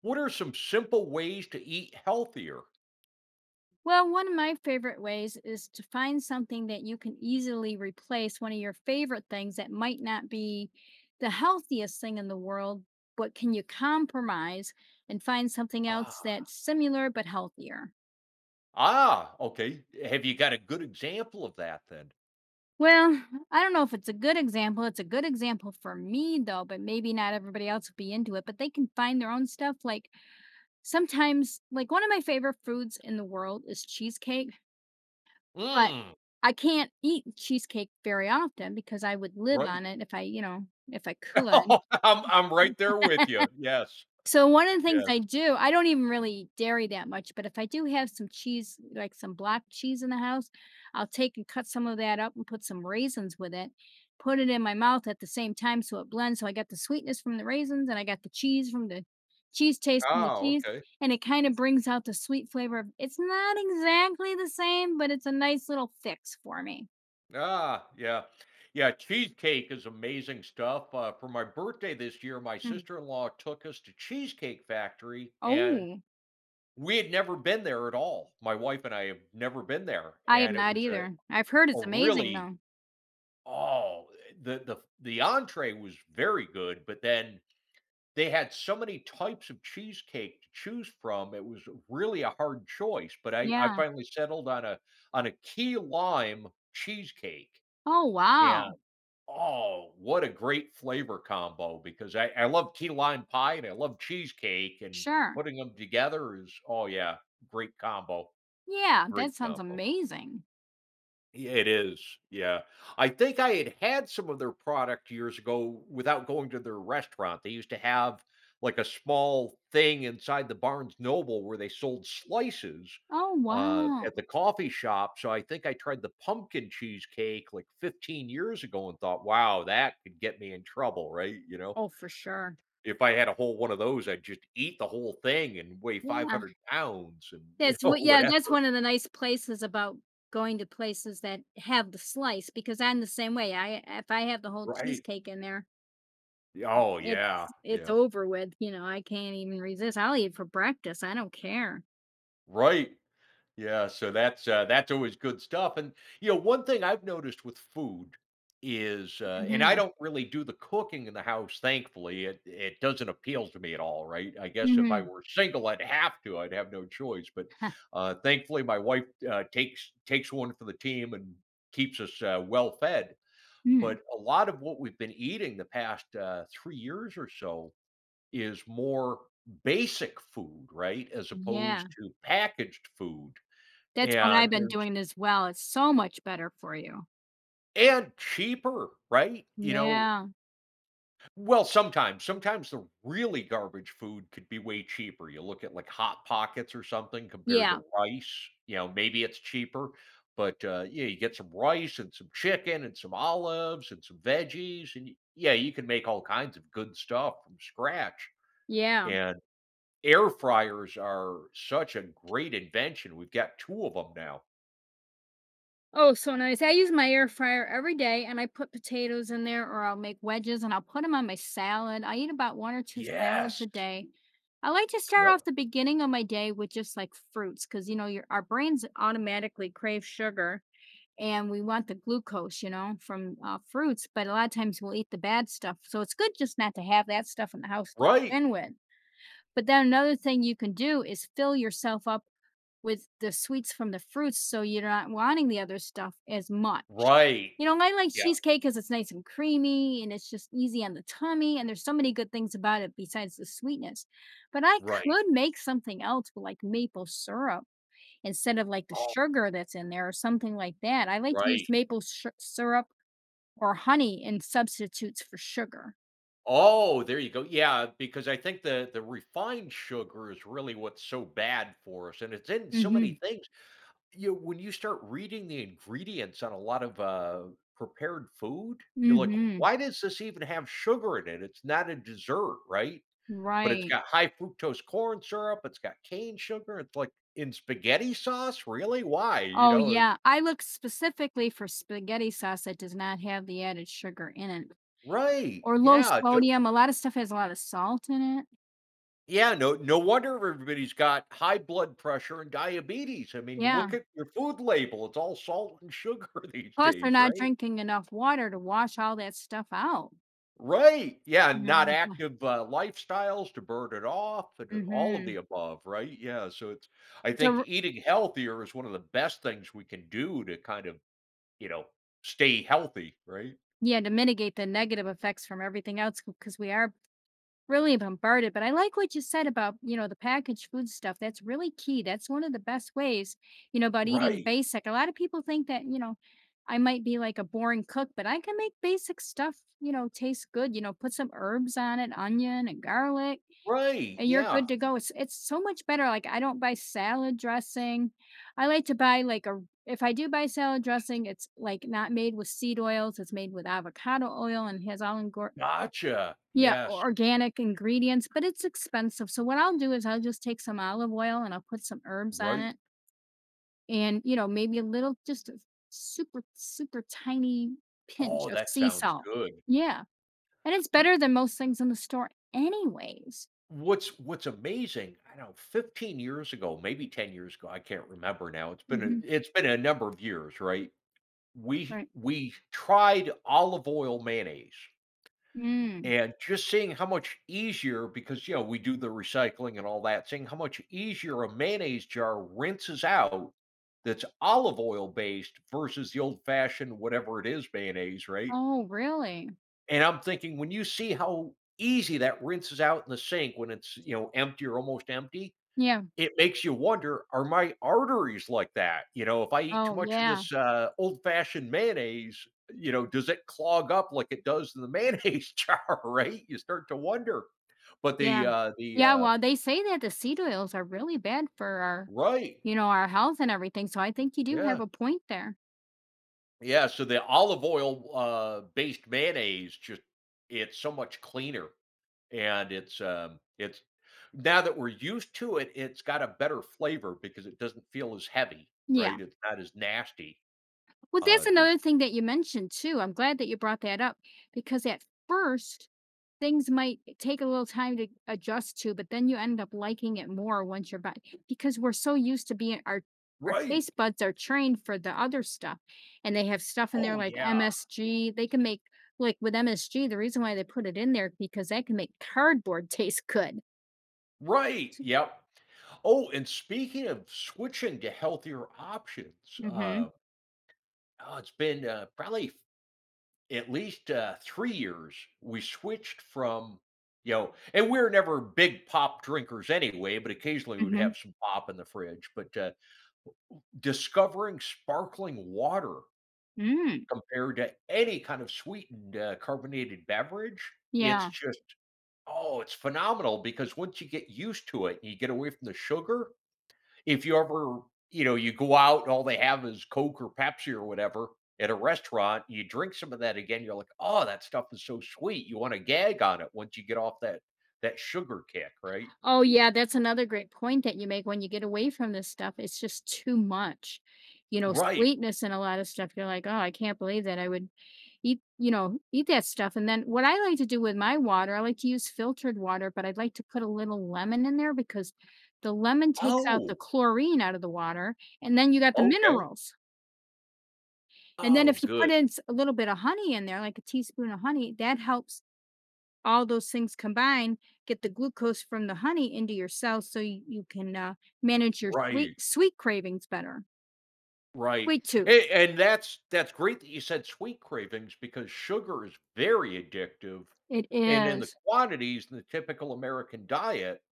What are some simple ways to eat healthier? Well, one of my favorite ways is to find something that you can easily replace one of your favorite things that might not be the healthiest thing in the world, but can you compromise and find something else Ah. that's similar but healthier? Ah, okay. Have you got a good example of that then? Well, I don't know if it's a good example. It's a good example for me though, but maybe not everybody else would be into it, but they can find their own stuff. Like sometimes, like one of my favorite foods in the world is cheesecake. But Mm. I can't eat cheesecake very often because I would live Right. on it if I, if I could. Oh, I'm right there with you. Yes. So one of the things Yes. I do, I don't even really eat dairy that much, but if I do have some cheese, like some block cheese in the house, I'll take and cut some of that up and put some raisins with it, put it in my mouth at the same time so it blends. So I got the sweetness from the raisins and I got the cheese from the cheese taste from the Ah, cheese, okay. and it kinda brings out the sweet flavor of it's not exactly the same, but it's a nice little fix for me. Ah, yeah. Yeah, cheesecake is amazing stuff. For my birthday this year, my Mhm. sister-in-law took us to Cheesecake Factory, and Oh, we had never been there at all. My wife and I have never been there, I have and it not was a either. I've heard it's amazing really— though. Oh, the entree was very good, but then they had so many types of cheesecake to choose from, it was really a hard choice, but I Yeah. finally settled on a— on a key lime cheesecake, Oh, and, wow. oh, what a great flavor combo because I love key lime pie and I love cheesecake, and Sure. putting them together is— oh, yeah, great combo, Yeah, great that sounds combo. amazing. Yeah, it is. Yeah. I think I had had some of their product years ago without going to their restaurant. They used to have like a small thing inside the Barnes Noble where they sold slices Oh, wow. at the coffee shop. So I think I tried the pumpkin cheesecake like 15 years ago and thought, wow, that could get me in trouble, right? Oh, for sure. If I had a whole one of those, I'd just eat the whole thing and weigh Yeah. 500 pounds and, you That's know, what yeah, that's whatever. one of the nice places about going to places that have the slice because I'm the same way. I if I have the whole Right. cheesecake in there, Oh, it's yeah. it's Yeah. over with, you know, I can't even resist. I'll eat it for breakfast. I don't care. Right. Yeah, so that's always good stuff. And you know, one thing I've noticed with food is, and I Mhm. don't really do the cooking in the house. Thankfully, it doesn't appeal to me at all. Right? I guess if I Mhm. were single, I'd have to. I'd have no choice. But Huh. Thankfully, my wife takes one for the team and keeps us well fed. Mm. But a lot of what we've been eating the past 3 years or so is more basic food, right, as Yeah. opposed to packaged food That's what I've and been they're doing as well. It's so much better for you. and cheaper, right? You know, Yeah. well, sometimes the really garbage food could be way cheaper. You look at, like, Hot Pockets or something compared Yeah. to rice, you know, maybe it's cheaper, but, yeah, you get some rice and some chicken and some olives and some veggies, and y yeah, you can make all kinds of good stuff from scratch, Yeah. and air fryers are such a great invention. We've got 2 of them now. Oh, so nice. I use my air fryer every day, and I put potatoes in there, or I'll make wedges, and I'll put them on my salad. I eat about 1 or 2 salads a Yes. day. I like to start off Yep. the beginning of my day with just, like, fruits, because you know, your our brains automatically crave sugar, and we want the glucose, you know, from, fruits, but a lot of times we'll eat the bad stuff, so it's good just not to have that stuff in the house to Right. begin with. But then another thing you can do is fill yourself up with the sweets from the fruits so you're not wanting the other stuff as much. Right. You know, I like Yeah. cheesecake because it's nice and creamy and it's just easy on the tummy. And there's so many good things about it besides the sweetness. But I Right. could make something else with like maple syrup instead of like the Oh, sugar that's in there or something like that. I like to use right. Syrup or honey in substitutes for sugar. Oh, there you go. Yeah, because I think the refined sugar is really what's so bad for us, and it's in Mm so hmm. many things. You When you start reading the ingredients on a lot of prepared food, Mm you're like, hmm. why does this even have sugar in it? It's not a dessert, right? But it's Right. got high fructose corn syrup. It's got cane sugar. It's like in spaghetti sauce. Really? Why? Oh, yeah. I look specifically for spaghetti sauce that does not have the added sugar in it Right. or low Yeah. No. sodium. A lot of stuff has a lot of salt in it. Yeah, no wonder everybody's got high blood pressure and diabetes. I mean, Yeah. look at your food label. It's all salt and sugar these Plus, they're days, not right? drinking enough water to wash all that stuff out. Right. Yeah, You know, not like, active, lifestyles to burn it off and all of mhm. the above, right? Yeah, so it's— I To think r eating healthier is one of the best things we can do to kind of, you know, stay healthy, right? Yeah, to mitigate the negative effects from everything else because we are really bombarded. But I like what you said about, you know, the packaged food stuff, that's really key, that's one of the best ways, you know, about eating Right, basic. A lot of people think that, you know, I might be like a boring cook, but I can make basic stuff, you know, taste good, you know, put some herbs on it, onion and garlic, right, and you're yeah. good to go. It's so much better. Like, I don't buy salad dressing. I like to buy, like, a if I do buy salad dressing, it's, like, not made with seed oils, it's made with avocado oil and has all Gotcha. yeah, o Yes, organic ingredients, but it's expensive, so what I'll do is I'll just take some olive oil and I'll put some herbs on right. it and, you know, maybe a little just a super, super tiny pinch Oh, of that sea sounds salt. good. Yeah, and it's better than most things in the store anyways. What's amazing, I don't know 15 years ago, maybe 10 years ago, I can't remember now. Mhm, It's been a number of years, right? Right. We tried olive oil mayonnaise Mm. and just seeing how much easier— because you know we do the recycling and all that, seeing how much easier a mayonnaise jar rinses out that's olive oil based versus the old fashioned whatever it is mayonnaise, right? Oh, really? And I'm thinking when you see how easy that rinses out in the sink when it's you know empty or almost empty, Yeah. it makes you wonder, are my arteries like that? You know, if I eat too Oh, much of yeah, this, old-fashioned mayonnaise, you know, does it clog up like it does in the mayonnaise jar, right? You start to wonder. But the, yeah. uh the, Yeah, uh well, they say that the seed oils are really bad for our, Right. you know, our health and everything, so I think you do have Yeah. a point there. Yeah, so the olive oil, based mayonnaise just— it's so much cleaner, and it's, it's— now that we're used to it, it's got a better flavor because it doesn't feel as heavy, Yeah. right? It's not as nasty, Well, that's because— another thing that you mentioned too. I'm glad that you brought that up because at first things might take a little time to adjust to, but then you end up liking it more once you're back because we're so used to being our Right. taste buds are trained for the other stuff and they have stuff in there Oh, like yeah. MSG. They can make like with MSG, the reason why they put it in there because that can make cardboard taste good. Right, yep. Oh, and speaking of switching to healthier options, Mhm. uh, oh, it's been, probably f at least, 3 years, we switched from, you know— and we're never big pop drinkers anyway, but occasionally we would have Mhm. some pop in the fridge, but, discovering sparkling water Mm. compared to any kind of sweetened, carbonated beverage, it's Yeah. just— oh, it's phenomenal because once you get used to it and you get away from the sugar, if you ever, you know, you go out and all they have is Coke or Pepsi or whatever at a restaurant, you drink some of that again, you're like, oh, that stuff is so sweet. You want to gag on it once you get off that sugar kick, right? Oh, yeah, that's another great point that you make. When you get away from this stuff, it's just too much. You know, Right. sweetness and a lot of stuff, you're like, "Oh, I can't believe that I would eat, you know, eat that stuff," and then what I like to do with my water, I like to use filtered water, but I'd like to put a little lemon in there because the lemon takes out the Oh, chlorine out of the water, and then you got the okay. minerals, and then Oh, if you put good. in s a little bit of honey in there, like a teaspoon of honey, that helps all those things combined get the glucose from the honey into your cells so you can manage your sweet Right. sweet cravings better Right. sweet tooth. A- And that's great that you said sweet cravings because sugar is very addictive. It And in the is. quantities in the typical American diet.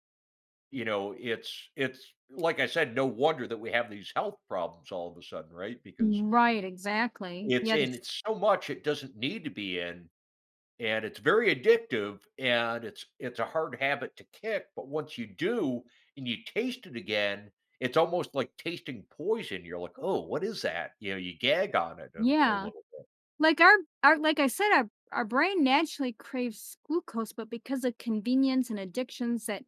You know, it's like I said, no wonder that we have these health problems all of a sudden, right? Because Right, exactly, yeah, the, it's so much— it doesn't need to be in, and it's very addictive, and it's a hard habit to kick, but once you do and you taste it again, it's almost like tasting poison. You're like, "Oh, what is that?" You know, you gag on it a yeah. little. Like our, like I said, our brain naturally craves glucose, but because of convenience and addictions that,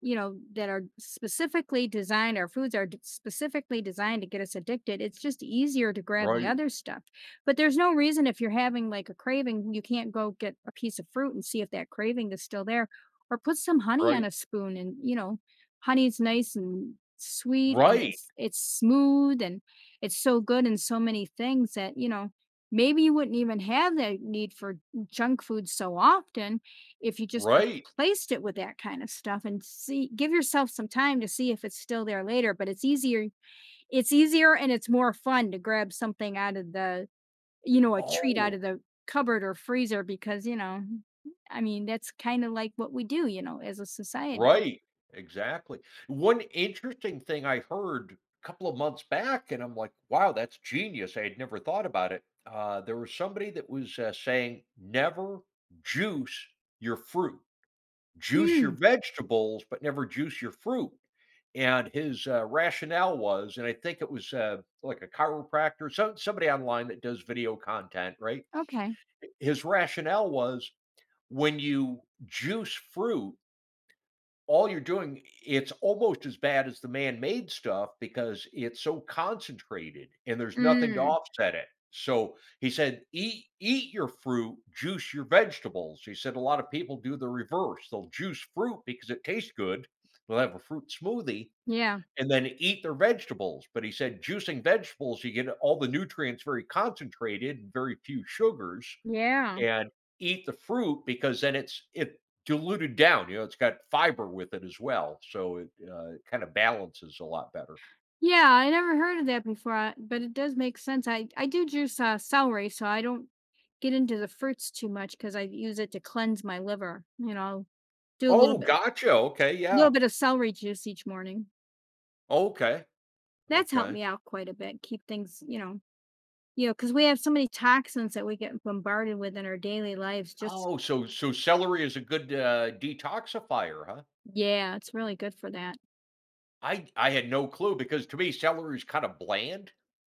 you know, that are specifically designed, our foods are specifically designed to get us addicted. It's just easier to grab the Right, other stuff, but there's no reason if you're having like a craving you can't go get a piece of fruit and see if that craving is still there, or put some honey on right, a spoon and, you know, honey's nice and sweet and right, it's smooth and it's so good in so many things that, you know, maybe you wouldn't even have that need for junk food so often if you just right. replaced it with that kind of stuff and see give yourself some time to see if it's still there later, but it's easier, it's easier and it's more fun to grab something out of the, you know, a treat out of Oh. the cupboard or freezer because, you know, I mean, that's kinda like what we do, you know, as a society. Right, exactly. One interesting thing I heard a couple of months back, and I'm like, wow, that's genius. I had never thought about it. There was somebody that was saying, never juice your fruit, juice your Mm, vegetables, but never juice your fruit. And his rationale was, and I think it was like a chiropractor, somebody online that does video content, right? okay. His rationale was— when you juice fruit, all you're doing— it's almost as bad as the man-made stuff because it's so concentrated and there's nothing to Mm, offset it. So, he said, Eat your fruit, juice your vegetables." He said, "A lot of people do the reverse. They'll juice fruit because it tastes good. They'll have a fruit smoothie yeah, and then eat their vegetables." But he said, "Juicing vegetables, you get all the nutrients very concentrated and very few sugars." yeah. And eat the fruit because then it's it diluted down, you know, it's got fiber with it as well, so it, kind of balances a lot better. Yeah, I never heard of that before, I but it does make sense. I do juice, celery, so I don't get into the fruits too much because I use it to cleanse my liver, you know, do a Oh, gotcha, okay, little yeah. bit of celery juice each morning. Okay, That's helped okay. me out quite a bit, keep things, you know, you know, because we have so many toxins that we get bombarded with in our daily lives, just Oh, so so celery is a good, detoxifier, huh? Yeah, it's really good for that. I had no clue because to me celery is kinda bland,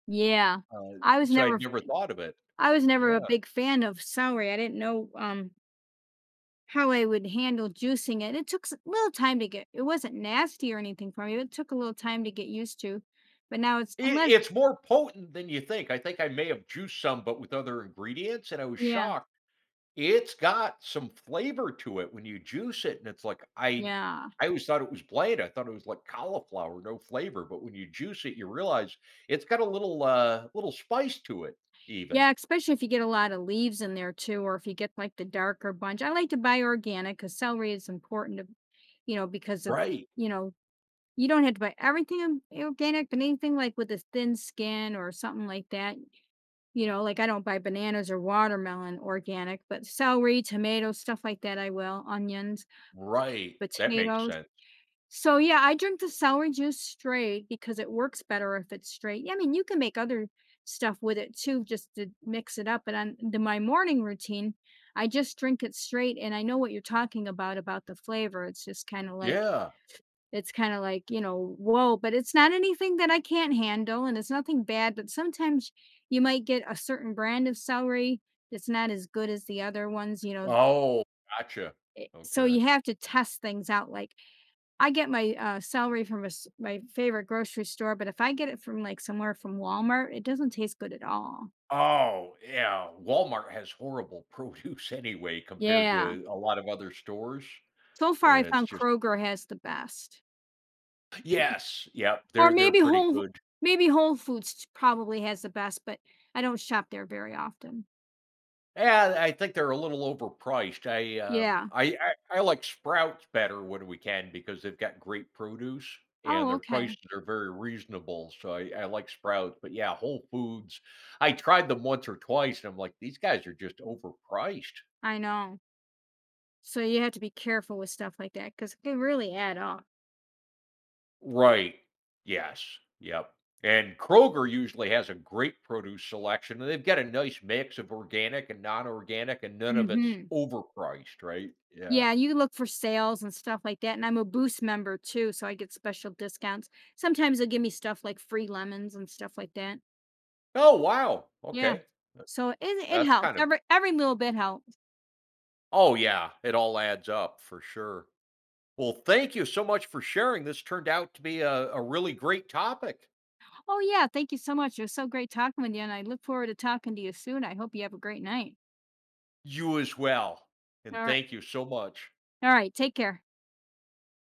Yeah. uh, I was so never I'd f never thought of it. I was Yeah. never a big fan of celery, I didn't know, um, how I would handle juicing it, it took a little time to get, it wasn't nasty or anything for me, but it took a little time to get used to, but now it's unless It's more potent than you think. I think I may have juiced some, but with other ingredients, and I was Yeah, shocked. It's got some flavor to it when you juice it, and it's like yeah. I always thought it was bland, I thought it was like cauliflower, no flavor, but when you juice it, you realize it's got a little, little spice to it even. Yeah, especially if you get a lot of leaves in there too, or if you get, like, the darker bunch. I like to buy organic because celery is important to, you know, because of, Right, you know, you don't have to buy everything o organic, but anything, like, with a thin skin or something like that, you know, like, I don't buy bananas or watermelon organic, but celery, tomatoes, stuff like that I will, onions, right, that makes potatoes. sense. So, yeah, I drink the sour juice straight because it works better if it's straight. Yeah, I mean, you can make other stuff with it too, just to mix it up. But on my morning routine, I just drink it straight. And I know what you're talking about the flavor. It's just kind of like, Yeah. it's kind of like, you know, whoa, but it's not anything that I can't handle and it's nothing bad. But sometimes you might get a certain brand of celery that's not as good as the other ones, you know. Oh, gotcha. So Okay. you have to test things out. Like, I get my, celery from a s my favorite grocery store, but if I get it from, like, somewhere from Walmart, it doesn't taste good at all. Oh, yeah, Walmart has horrible produce anyway compared Yeah. to a lot of other stores, So far, I and it's found just— Kroger has the best. Yes, yep, Or they're maybe pretty Whole good. Maybe Whole Foods probably has the best, but I don't shop there very often. Yeah, I think they're a little overpriced. Yeah. I like Sprouts better when we can because they've got great produce and Oh, their okay. prices are very reasonable. So I like Sprouts, but yeah, Whole Foods. I tried them once or twice, and I'm like, these guys are just overpriced. I know. So you have to be careful with stuff like that because it can really add up. Right. Yes. Yep. And Kroger usually has a great produce selection, and they've got a nice mix of organic and non-organic, and none of it's Mhm. overpriced. Right. Yeah. Yeah, you look for sales and stuff like that. And I'm a Boost member too, so I get special discounts. Sometimes they'll give me stuff like free lemons and stuff like that. Oh wow. Yeah. Okay. So it That's helps. kind of— Every little bit helps. Oh, yeah. It all adds up for sure. Well, thank you so much for sharing. This turned out to be a really great topic. Oh yeah, thank you so much. It was so great talking with you, and I look forward to talking to you soon. I hope you have a great night. You as well. And All right. thank you so much. All right. Take care.